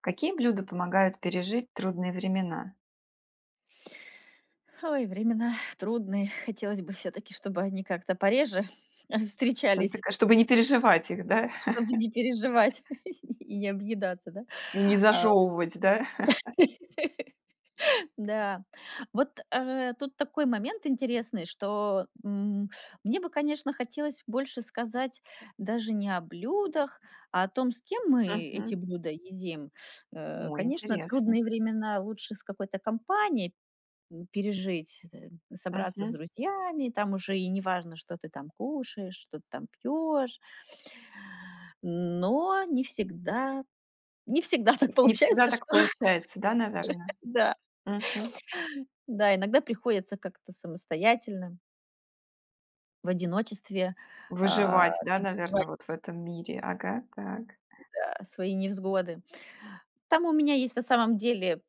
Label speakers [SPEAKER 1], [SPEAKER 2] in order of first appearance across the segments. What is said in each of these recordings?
[SPEAKER 1] Какие блюда помогают пережить трудные времена?
[SPEAKER 2] Ой, времена трудные. Хотелось бы все-таки, чтобы они как-то пореже
[SPEAKER 1] Ну, ты
[SPEAKER 2] встречались,
[SPEAKER 1] ка чтобы не переживать их, да?
[SPEAKER 2] чтобы не переживать и не объедаться, да?
[SPEAKER 1] И не
[SPEAKER 2] А,
[SPEAKER 1] зажёвывать, да?
[SPEAKER 2] да. Вот тут такой момент интересный, что мне бы, конечно, хотелось больше сказать даже не о блюдах, а о том, с кем мы эти
[SPEAKER 1] Мгм.
[SPEAKER 2] блюда едим.
[SPEAKER 1] Ой,
[SPEAKER 2] Конечно,
[SPEAKER 1] интересно.
[SPEAKER 2] трудные времена лучше с какой-то компанией пережить, собраться с
[SPEAKER 1] Мгм.
[SPEAKER 2] друзьями, там уже и неважно, что ты там кушаешь, что ты там пьешь. Но не всегда, не всегда так
[SPEAKER 1] Не всегда
[SPEAKER 2] получается,
[SPEAKER 1] так
[SPEAKER 2] что
[SPEAKER 1] получается, да, наверно?
[SPEAKER 2] да, да, иногда приходится как-то самостоятельно, в одиночестве а,
[SPEAKER 1] Выживать, да, наверно,
[SPEAKER 2] переживать
[SPEAKER 1] вот в этом мире. Ага, так.
[SPEAKER 2] свои невзгоды. Там у меня есть на самом деле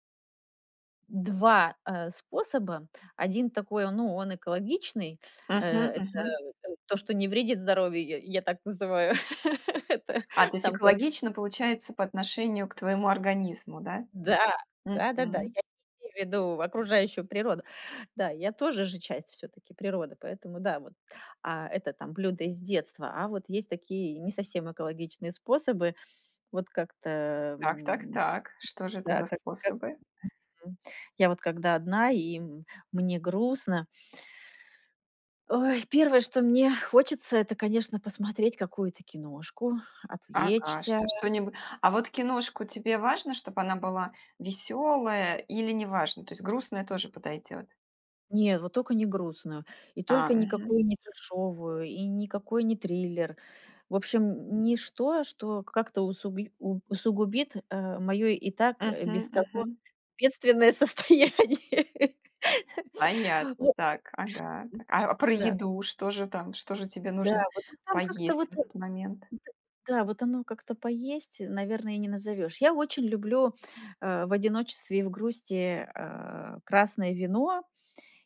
[SPEAKER 2] два способа. Один такой, ну, он экологичный. Э,
[SPEAKER 1] Мгм,
[SPEAKER 2] это,
[SPEAKER 1] мгм.
[SPEAKER 2] то, что не вредит здоровью, я так называю. Это
[SPEAKER 1] А, то есть
[SPEAKER 2] там кое
[SPEAKER 1] экологично получается по отношению к твоему организму, да?
[SPEAKER 2] да, да-да-да,
[SPEAKER 1] Мгм.
[SPEAKER 2] я имею в виду окружающую природу. Да, я тоже же часть все таки природы, поэтому да, вот. А это там блюда из детства, а вот есть такие не совсем экологичные способы. Вот как-то,
[SPEAKER 1] Так, так, так. Что же это
[SPEAKER 2] да,
[SPEAKER 1] за
[SPEAKER 2] как,
[SPEAKER 1] способы?
[SPEAKER 2] м, я вот когда одна и, м, мне грустно. Ой, первое, что мне хочется, это, конечно, посмотреть какую-то киношку,
[SPEAKER 1] Ага,
[SPEAKER 2] отвлечься.
[SPEAKER 1] что что-нибы а вот киношку тебе важно, чтобы она была веселая или неважно? То есть грустная тоже подойдет?
[SPEAKER 2] Нет, вот только не грустную, и
[SPEAKER 1] А,
[SPEAKER 2] только
[SPEAKER 1] мгм.
[SPEAKER 2] никакую не трешовую, и никакой не триллер. В общем, ничто, что как-то усугубит мое и так
[SPEAKER 1] Мгм,
[SPEAKER 2] без того
[SPEAKER 1] мгм.
[SPEAKER 2] бедственное состояние.
[SPEAKER 1] Понятно.
[SPEAKER 2] Ну,
[SPEAKER 1] Так, ага, так. А про
[SPEAKER 2] да,
[SPEAKER 1] еду что же там? Что же тебе
[SPEAKER 2] да,
[SPEAKER 1] нужно
[SPEAKER 2] вот ну, там как-то
[SPEAKER 1] поесть
[SPEAKER 2] вот
[SPEAKER 1] в этот момент?
[SPEAKER 2] Д да, вот оно как-то «поесть», наверное, и не назовешь. Я очень люблю, в одиночестве и в грусти, красное вино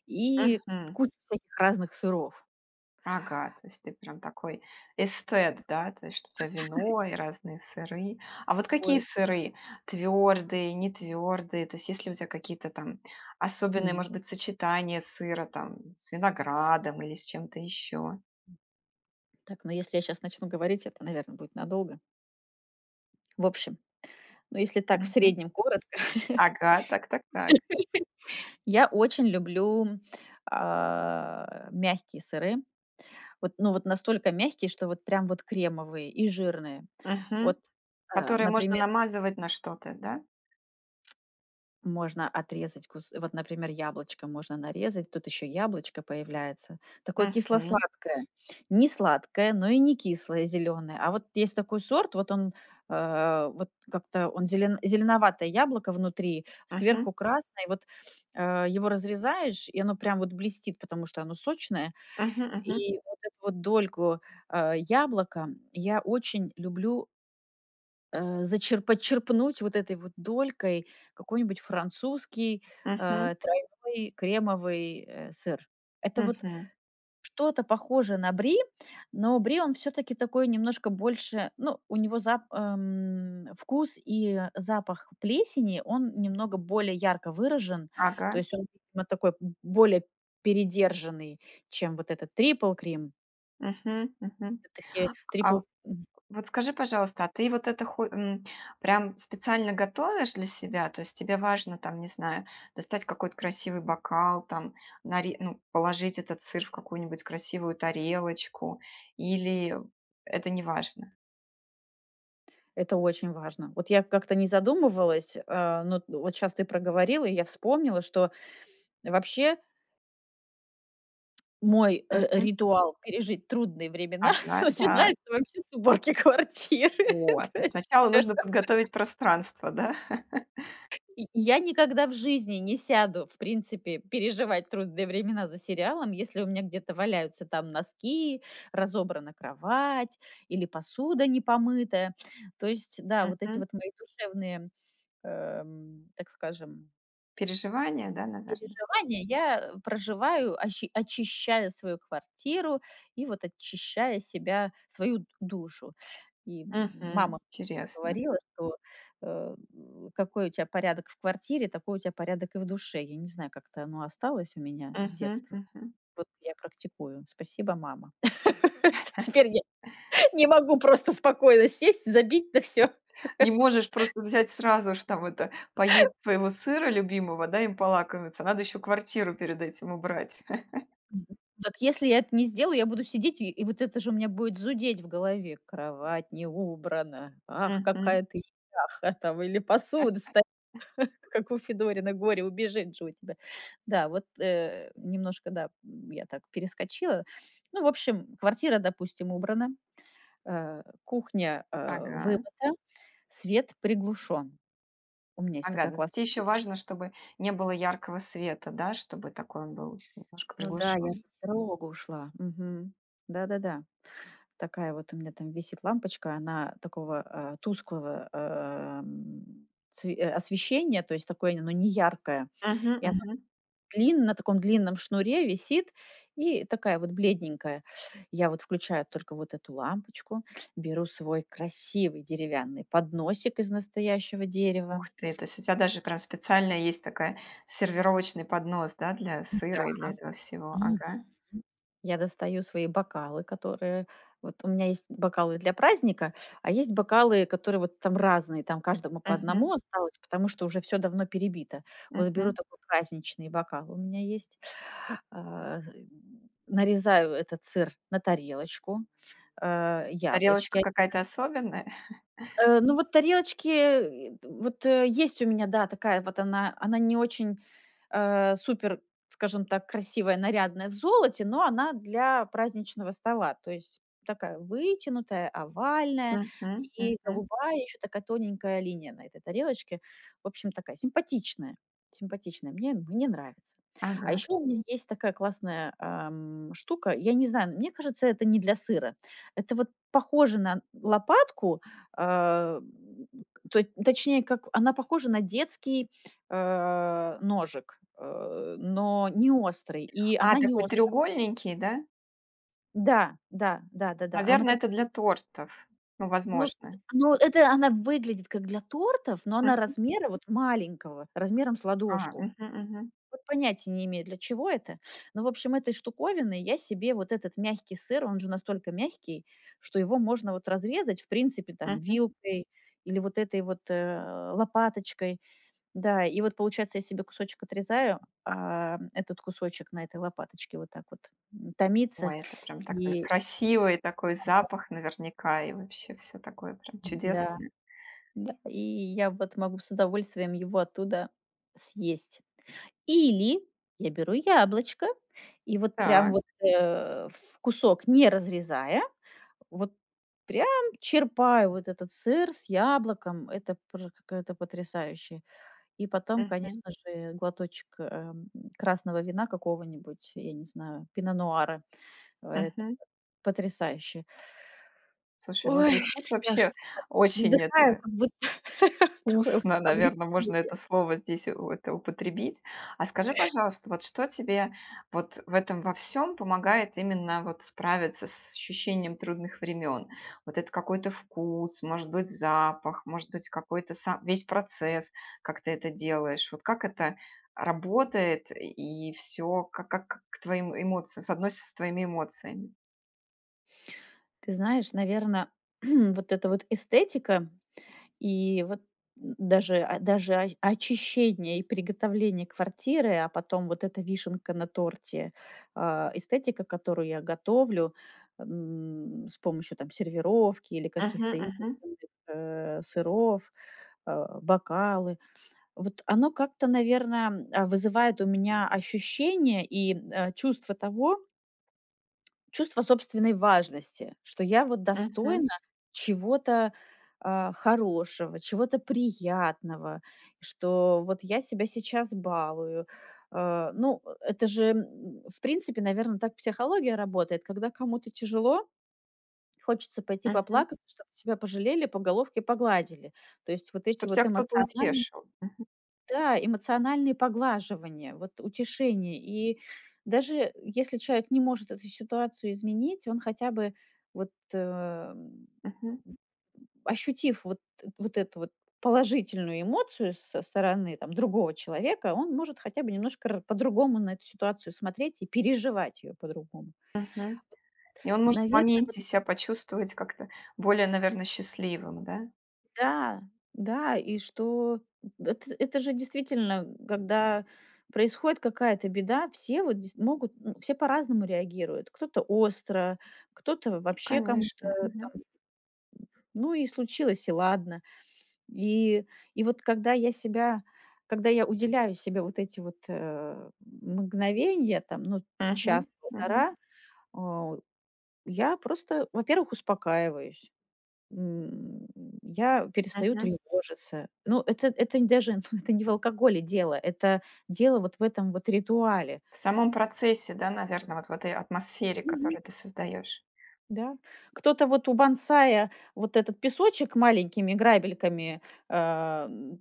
[SPEAKER 2] и
[SPEAKER 1] Мгм.
[SPEAKER 2] кучу всяких разных сыров.
[SPEAKER 1] Ага, то есть ты прям такой эстет, да, то есть что у тебя вино и разные сыры. А вот какие
[SPEAKER 2] Ой,
[SPEAKER 1] сыры? Твердые, нетвердые? То есть есть ли у тебя какие-то там особенные,
[SPEAKER 2] м.
[SPEAKER 1] может быть, сочетания сыра там с виноградом или с чем-то еще?
[SPEAKER 2] Так, но если я сейчас начну говорить, это, наверное, будет надолго. В общем, ну, если так в
[SPEAKER 1] Мгм.
[SPEAKER 2] среднем коротко,
[SPEAKER 1] Ага, так, так, так.
[SPEAKER 2] я очень люблю, мягкие сыры. Вот, ну, вот настолько мягкие, что вот прям вот кремовые и жирные.
[SPEAKER 1] Мгм.
[SPEAKER 2] Вот,
[SPEAKER 1] Которые можно
[SPEAKER 2] например,
[SPEAKER 1] намазывать на что-то, да?
[SPEAKER 2] можно отрезать кус вот, например, яблочко можно нарезать, тут еще яблочко появляется, такое
[SPEAKER 1] Мгм.
[SPEAKER 2] кисло-сладкое. Не сладкое, но и не кислое, зеленое. А вот есть такой сорт, вот он, вот как-то он зеленоватое яблоко внутри,
[SPEAKER 1] Мгм.
[SPEAKER 2] сверху красное. Вот, его разрезаешь, и оно прям вот блестит, потому что оно сочное.
[SPEAKER 1] Мгм. Мгм.
[SPEAKER 2] И вот эту вот дольку, яблока я очень люблю Э, зачер подчерпнуть вот этой вот долькой какой-нибудь французский,
[SPEAKER 1] Мгм.
[SPEAKER 2] тройной кремовый, сыр. Это вот
[SPEAKER 1] Мгм.
[SPEAKER 2] что-то похожее на бри, но бри, он все таки такой немножко больше, ну, у него зап вкус и запах плесени, он немного более ярко выражен. То
[SPEAKER 1] Ага.
[SPEAKER 2] есть он, видимо, такой более передержанный, чем вот этот трипл крем.
[SPEAKER 1] Мгм. Мгм.
[SPEAKER 2] Всё-таки трипл
[SPEAKER 1] А, вот скажи, пожалуйста, а ты вот это прям специально готовишь для себя? То есть тебе важно там, не знаю, достать какой-то красивый бокал, там, наре ну, положить этот сыр в какую-нибудь красивую тарелочку, или это неважно?
[SPEAKER 2] это очень важно. Вот я как-то не задумывалась, но вот сейчас ты проговорила, и я вспомнила, что вообще мой,
[SPEAKER 1] Мгм.
[SPEAKER 2] ритуал пережить трудные времена
[SPEAKER 1] Ага, так.
[SPEAKER 2] начинается вообще с уборки квартиры.
[SPEAKER 1] Вот, то
[SPEAKER 2] То
[SPEAKER 1] есть
[SPEAKER 2] есть,
[SPEAKER 1] сначала
[SPEAKER 2] э,
[SPEAKER 1] нужно подготовить пространство, да?
[SPEAKER 2] и я никогда в жизни не сяду, в принципе, переживать трудные времена за сериалом, если у меня где-то валяются там носки, разобрана кровать или посуда не помытая. То есть, да, вот эти
[SPEAKER 1] Мгм.
[SPEAKER 2] вот мои душевные, так скажем,
[SPEAKER 1] Переживания, да, наверное?
[SPEAKER 2] переживания я, проживаю, очищая свою квартиру и вот очищая себя, свою душу. И, мама всегда
[SPEAKER 1] Интересно.
[SPEAKER 2] говорила, что, какой у тебя порядок в квартире, такой у тебя порядок и в душе. Я не знаю, как-то оно осталось у меня с
[SPEAKER 1] Мгм,
[SPEAKER 2] детства.
[SPEAKER 1] мгм.
[SPEAKER 2] Вот я практикую. Спасибо, мама, что теперь я не могу просто спокойно сесть, забить на все.
[SPEAKER 1] Не можешь просто взять сразу ж там это, поесть своего сыра любимого, да, им полакомиться. Надо еще квартиру перед этим убрать.
[SPEAKER 2] Мгм. Так если я это не сделаю, я буду сидеть, и вот это же у меня будет зудеть в голове. Кровать не убрана. Ах,
[SPEAKER 1] Мгм.
[SPEAKER 2] какая ты неряха там, или посуда стоит, как у Федорина, горе убежит же у тебя. Да, вот немножко, да, я так перескочила. Ну, в общем, квартира, допустим, убрана, кухня
[SPEAKER 1] Ага.
[SPEAKER 2] вымыта, свет приглушен. У меня есть
[SPEAKER 1] Ага,
[SPEAKER 2] такая
[SPEAKER 1] ну, то
[SPEAKER 2] классная
[SPEAKER 1] тебе еще
[SPEAKER 2] лампочка.
[SPEAKER 1] важно, чтобы не было яркого света, да, чтобы такой он был немножко
[SPEAKER 2] Ну да, я же
[SPEAKER 1] приглушен.
[SPEAKER 2] в берлогу ушла. Мгм. Да-да-да. Такая вот у меня там висит лампочка, она такого, тусклого, освещения, то есть такое оно не яркое.
[SPEAKER 1] Мгм,
[SPEAKER 2] И она
[SPEAKER 1] мгм.
[SPEAKER 2] длин на таком длинном шнуре висит и такая вот бледненькая. Я вот включаю только вот эту лампочку, беру свой красивый деревянный подносик из настоящего дерева.
[SPEAKER 1] Ух ты, то есть у тебя даже прям специально есть такая сервировочный поднос, да, для сыра и для этого всего.
[SPEAKER 2] Мгм.
[SPEAKER 1] Ага.
[SPEAKER 2] Я достаю свои бокалы, которые вот у меня есть бокалы для праздника, а есть бокалы, которые вот там разные, там каждому по
[SPEAKER 1] Мгм,
[SPEAKER 2] одному осталось, потому что уже все давно перебито. Вот беру
[SPEAKER 1] мгм.
[SPEAKER 2] такой праздничный бокал у меня есть, а, нарезаю этот сыр на тарелочку,
[SPEAKER 1] Тарелочка
[SPEAKER 2] яблочки
[SPEAKER 1] какая-то особенная?
[SPEAKER 2] Ну, вот тарелочки, есть у меня, да, такая вот она. Она не очень, супер, скажем так, красивая, нарядная в золоте, но она для праздничного стола. То есть такая вытянутая, овальная
[SPEAKER 1] Мгм,
[SPEAKER 2] и
[SPEAKER 1] мгм.
[SPEAKER 2] голубая, еще такая тоненькая линия на этой тарелочке. В общем, такая симпатичная, симпатичная. Мне нравится. А
[SPEAKER 1] Ага.
[SPEAKER 2] еще у меня есть такая классная, штука. Я не знаю, мне кажется, это не для сыра. Это вот похоже на лопатку, а, то точнее, как она похожа на детский, ножик, но не острый, и
[SPEAKER 1] А,
[SPEAKER 2] она не
[SPEAKER 1] такой
[SPEAKER 2] острая.
[SPEAKER 1] треугольненький, да?
[SPEAKER 2] Да, да, да-да-да. Она
[SPEAKER 1] Наверное,
[SPEAKER 2] как,
[SPEAKER 1] это для тортов. Ну,
[SPEAKER 2] ну
[SPEAKER 1] возможно.
[SPEAKER 2] ну, это она выглядит как для тортов, но она
[SPEAKER 1] М.
[SPEAKER 2] размера вот маленького, размером с
[SPEAKER 1] А,
[SPEAKER 2] ладошку.
[SPEAKER 1] мгм, мгм,
[SPEAKER 2] Вот понятия не имею, для чего это. Но, в общем, этой штуковиной я себе вот этот мягкий сыр, он же настолько мягкий, что его можно вот разрезать, в принципе, там
[SPEAKER 1] мгм.
[SPEAKER 2] вилкой или вот этой вот, лопаточкой. Да, и вот получается, я себе кусочек отрезаю, а этот кусочек на этой лопаточке вот так вот, томится.
[SPEAKER 1] Ой, это прям так, наверно,
[SPEAKER 2] И
[SPEAKER 1] красиво, и такой запах наверняка, и вообще все такое прям
[SPEAKER 2] да,
[SPEAKER 1] чудесное.
[SPEAKER 2] да, и я вот могу с удовольствием его оттуда съесть. Или я беру яблочко и вот прям
[SPEAKER 1] Так,
[SPEAKER 2] вот, в кусок не разрезая, вот прям черпаю вот этот сыр с яблоком. Это просто какая-то потрясающая. И потом,
[SPEAKER 1] мгм,
[SPEAKER 2] конечно же, глоточек, красного вина какого-нибудь, я не знаю, пино нуара. Это
[SPEAKER 1] мгм.
[SPEAKER 2] потрясающе.
[SPEAKER 1] Слушай, ну,
[SPEAKER 2] Ой,
[SPEAKER 1] звучит
[SPEAKER 2] я аж
[SPEAKER 1] вообще очень
[SPEAKER 2] вздыхаю,
[SPEAKER 1] это
[SPEAKER 2] как будто такое вот
[SPEAKER 1] вкусно, наверное, можно
[SPEAKER 2] облегчение.
[SPEAKER 1] это слово здесь, у это употребить. А скажи, пожалуйста, вот что тебе вот в этом во всем помогает именно вот справиться с ощущением трудных времен? Вот это какой-то вкус, может быть, запах, может быть, какой-то сам весь процесс, как ты это делаешь. Вот как это работает и все как к твоим эмоциям, соотносится с твоими эмоциями?
[SPEAKER 2] Ты знаешь, наверное, вот эта вот эстетика. И вот даже, даже о очищение и приготовление квартиры, а потом вот эта вишенка на торте, эстетика, которую я готовлю, с помощью там сервировки или
[SPEAKER 1] Мгм,
[SPEAKER 2] каких-то
[SPEAKER 1] мгм,
[SPEAKER 2] изысканных, сыров, бокалы. Вот оно как-то, наверное, вызывает у меня ощущение и, чувство того, чувство собственной важности, что я вот
[SPEAKER 1] мгм,
[SPEAKER 2] достойна чего-то, хорошего, чего-то приятного, что вот я себя сейчас балую. А, ну, это же, в принципе, наверное, так психология работает. Когда кому-то тяжело, хочется пойти
[SPEAKER 1] мгм.
[SPEAKER 2] поплакать, чтобы тебя пожалели, по головке погладили. То есть вот эти
[SPEAKER 1] Чтоб
[SPEAKER 2] вот
[SPEAKER 1] тя кто-то
[SPEAKER 2] эмоциональные
[SPEAKER 1] утешил. Мгм,
[SPEAKER 2] да, эмоциональные поглаживания, вот утешение. И даже если человек не может эту ситуацию изменить, он хотя бы вот
[SPEAKER 1] мгм,
[SPEAKER 2] ощутив вот, вот эту вот положительную эмоцию со стороны там, другого человека, он может хотя бы немножко по-другому на эту ситуацию смотреть и переживать ее по-другому.
[SPEAKER 1] мгм. И он может в
[SPEAKER 2] Наверное,
[SPEAKER 1] моменте себя почувствовать как-то более, наверное, счастливым, да?
[SPEAKER 2] да, да, и что эт это же действительно, когда происходит какая-то беда, все вот дес могут, ну, все по-разному реагируют. Кто-то остро, кто-то вообще
[SPEAKER 1] Конечно.
[SPEAKER 2] кому-то
[SPEAKER 1] Мгм.
[SPEAKER 2] там, ну и случилось, и ладно. И вот когда я себя когда я уделяю себе вот эти вот, мгновения, там, ну,
[SPEAKER 1] Мгм. Мгм.
[SPEAKER 2] час-полтора, а, я просто, во-первых, успокаиваюсь. М, я перестаю
[SPEAKER 1] Мгм.
[SPEAKER 2] тревожиться. Ну, это даже ну, это не в алкоголе дело, это дело вот в этом вот ритуале.
[SPEAKER 1] В самом процессе, да, наверное, вот в этой атмосфере,
[SPEAKER 2] Мгм.
[SPEAKER 1] которую ты создаешь.
[SPEAKER 2] Да. Кто-то вот у бонсая вот этот песочек маленькими грабельками,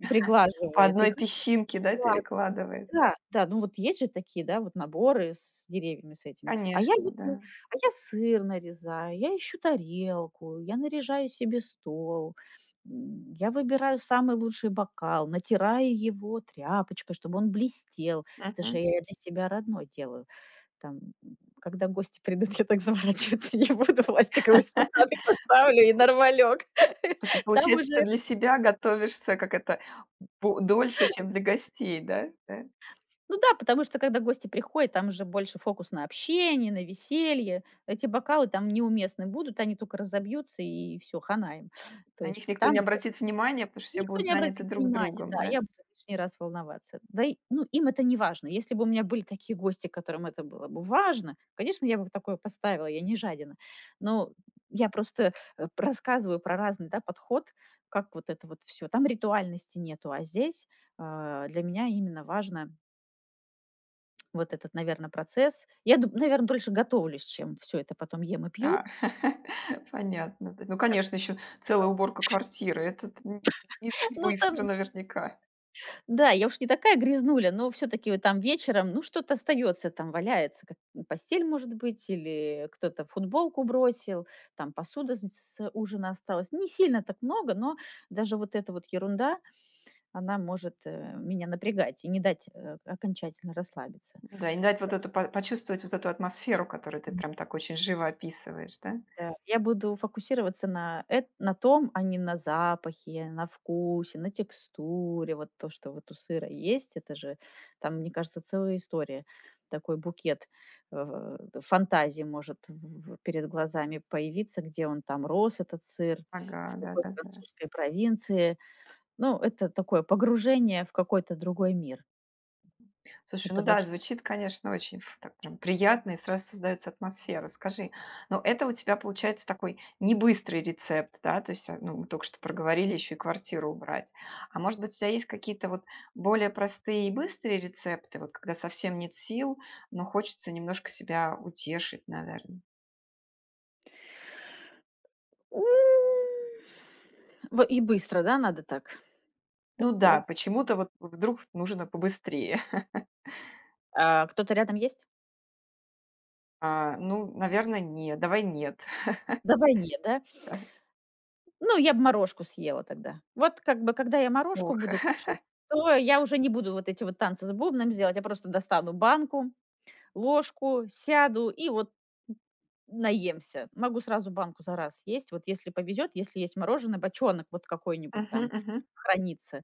[SPEAKER 1] По
[SPEAKER 2] приглаживает, и
[SPEAKER 1] одной
[SPEAKER 2] как бы
[SPEAKER 1] песчинке, да, перекладывает.
[SPEAKER 2] да, да, ну вот есть же такие, да, вот наборы с деревьями, с этими. А
[SPEAKER 1] Конечно,
[SPEAKER 2] я вот,
[SPEAKER 1] да.
[SPEAKER 2] я сыр нарезаю, я ищу тарелку, я наряжаю себе стол, я выбираю самый лучший бокал, натираю его тряпочкой, чтобы он блестел. Это же
[SPEAKER 1] Мгм.
[SPEAKER 2] я для себя родной делаю. Там, когда гости придут, я так заморачиваться не буду, пластиковый стакан поставлю и нормалек.
[SPEAKER 1] Просто
[SPEAKER 2] Там
[SPEAKER 1] получается, ты
[SPEAKER 2] уже
[SPEAKER 1] для себя готовишься, как это, по дольше, чем для гостей, да? Да.
[SPEAKER 2] ну да, потому что когда гости приходят, там же больше фокус на общение, на веселье. Эти бокалы там неуместны будут, они только разобьются и все хана им. То
[SPEAKER 1] На них
[SPEAKER 2] есть
[SPEAKER 1] никто
[SPEAKER 2] там,
[SPEAKER 1] не
[SPEAKER 2] ну,
[SPEAKER 1] обратит внимания, потому что все
[SPEAKER 2] никто
[SPEAKER 1] будут
[SPEAKER 2] не
[SPEAKER 1] заняты
[SPEAKER 2] обратит
[SPEAKER 1] друг
[SPEAKER 2] внимания,
[SPEAKER 1] другом,
[SPEAKER 2] да,
[SPEAKER 1] да?
[SPEAKER 2] я буду лишний раз волноваться. Да и, ну, им это не важно. Если бы у меня были такие гости, которым это было бы важно, конечно, я бы такое поставила, я не жадина. Но я просто, рассказываю про разный, да, подход, как вот это вот все. Там ритуальности нету, а здесь, для меня именно важно вот этот, наверное, процесс. Я наверное, дольше готовлюсь, чем все это потом ем и
[SPEAKER 1] А,
[SPEAKER 2] пью.
[SPEAKER 1] понятно. Т Ну, конечно, еще целая уборка квартиры. Это н Не
[SPEAKER 2] Ну, там,
[SPEAKER 1] быстро наверняка.
[SPEAKER 2] да, я уж не такая грязнуля, но все таки вот там вечером, ну, что-то остается, там валяется, как ну, постель, может быть, или кто-то футболку бросил, там посуда с ужина осталась. Не сильно так много, но даже вот эта вот ерунда, она может, меня напрягать и не дать, окончательно расслабиться.
[SPEAKER 1] Да, и дать вот эту по почувствовать вот эту атмосферу, которую ты прям так очень живо описываешь, да?
[SPEAKER 2] Да, я буду фокусироваться на эт на том, а не на запахе, на вкусе, на текстуре. Вот то, что вот у сыра есть, это же там, мне кажется, целая история. Такой букет, э, фантазии может в перед глазами появиться, где он там рос, этот сыр,
[SPEAKER 1] Ага,
[SPEAKER 2] в какой
[SPEAKER 1] да-да-да.
[SPEAKER 2] французской провинции. Ну, это такое погружение в какой-то другой мир.
[SPEAKER 1] Слушай, ну
[SPEAKER 2] Это
[SPEAKER 1] да,
[SPEAKER 2] вообще
[SPEAKER 1] звучит, конечно, так прям приятно, и сразу создается атмосфера. Скажи, но это у тебя получается такой не быстрый рецепт, да, то есть, а, ну, мы только что проговорили, еще и квартиру убрать. А может быть, у тебя есть какие-то вот более простые и быстрые рецепты, вот когда совсем нет сил, но хочется немножко себя утешить, наверное.
[SPEAKER 2] М, во и быстро, да, надо так?
[SPEAKER 1] Ну да,
[SPEAKER 2] Такое.
[SPEAKER 1] почему-то вот вдруг нужно побыстрее.
[SPEAKER 2] А кто-то рядом есть?
[SPEAKER 1] А, ну, наверное, нет, давай нет.
[SPEAKER 2] На войне, да? Ну, я бы морожку съела тогда. Вот как бы, когда я морожку
[SPEAKER 1] Ох.
[SPEAKER 2] буду кушать, то я уже не буду вот эти вот танцы с бубном делать, я просто достану банку, ложку, сяду и вот наемся. Могу сразу банку за раз съесть. Вот если повезет, если есть мороженое, бочонок вот какой-нибудь
[SPEAKER 1] Мгм,
[SPEAKER 2] там
[SPEAKER 1] мгм.
[SPEAKER 2] хранится.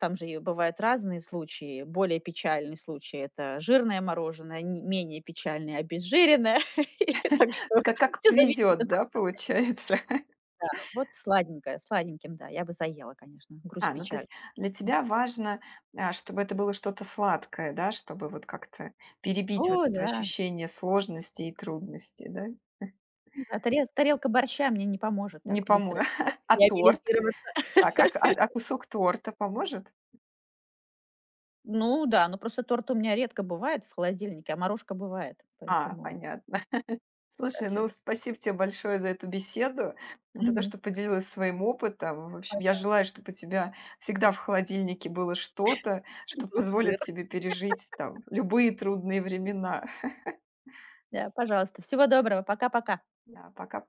[SPEAKER 2] Там же и бывают разные случаи. Более печальные случаи — это жирное мороженое, менее печальное — обезжиренное.
[SPEAKER 1] То
[SPEAKER 2] Так что
[SPEAKER 1] есть как
[SPEAKER 2] все зависит от
[SPEAKER 1] повезет, да, получается.
[SPEAKER 2] вот сладенькое, сладеньким, да, я бы заела, конечно,
[SPEAKER 1] А,
[SPEAKER 2] грусть,
[SPEAKER 1] ну, то
[SPEAKER 2] печаль.
[SPEAKER 1] есть для тебя важно, а, чтобы это было что-то сладкое, да, чтобы вот как-то
[SPEAKER 2] О
[SPEAKER 1] перебить вот это
[SPEAKER 2] да,
[SPEAKER 1] ощущение сложности и трудности, да?
[SPEAKER 2] ну да, тарелка борща мне не поможет
[SPEAKER 1] Не
[SPEAKER 2] так
[SPEAKER 1] помо
[SPEAKER 2] быстро ре
[SPEAKER 1] А торт?
[SPEAKER 2] реабилитироваться.
[SPEAKER 1] Так, а к а кусок торта поможет?
[SPEAKER 2] Ну да, ну просто торт у меня редко бывает в холодильнике, а морожка бывает,
[SPEAKER 1] А,
[SPEAKER 2] поэтому
[SPEAKER 1] понятно.
[SPEAKER 2] да,
[SPEAKER 1] Слушай, ну,
[SPEAKER 2] всё-таки.
[SPEAKER 1] спасибо тебе большое за эту беседу, за то, что поделилась своим опытом. В общем, я
[SPEAKER 2] Пожалуйста.
[SPEAKER 1] желаю, чтобы у тебя всегда в холодильнике было что-то, что
[SPEAKER 2] Был сыр.
[SPEAKER 1] позволит тебе пережить там любые трудные времена.
[SPEAKER 2] Да, пожалуйста. Всего доброго. Пока-пока.
[SPEAKER 1] Да, пока-пока.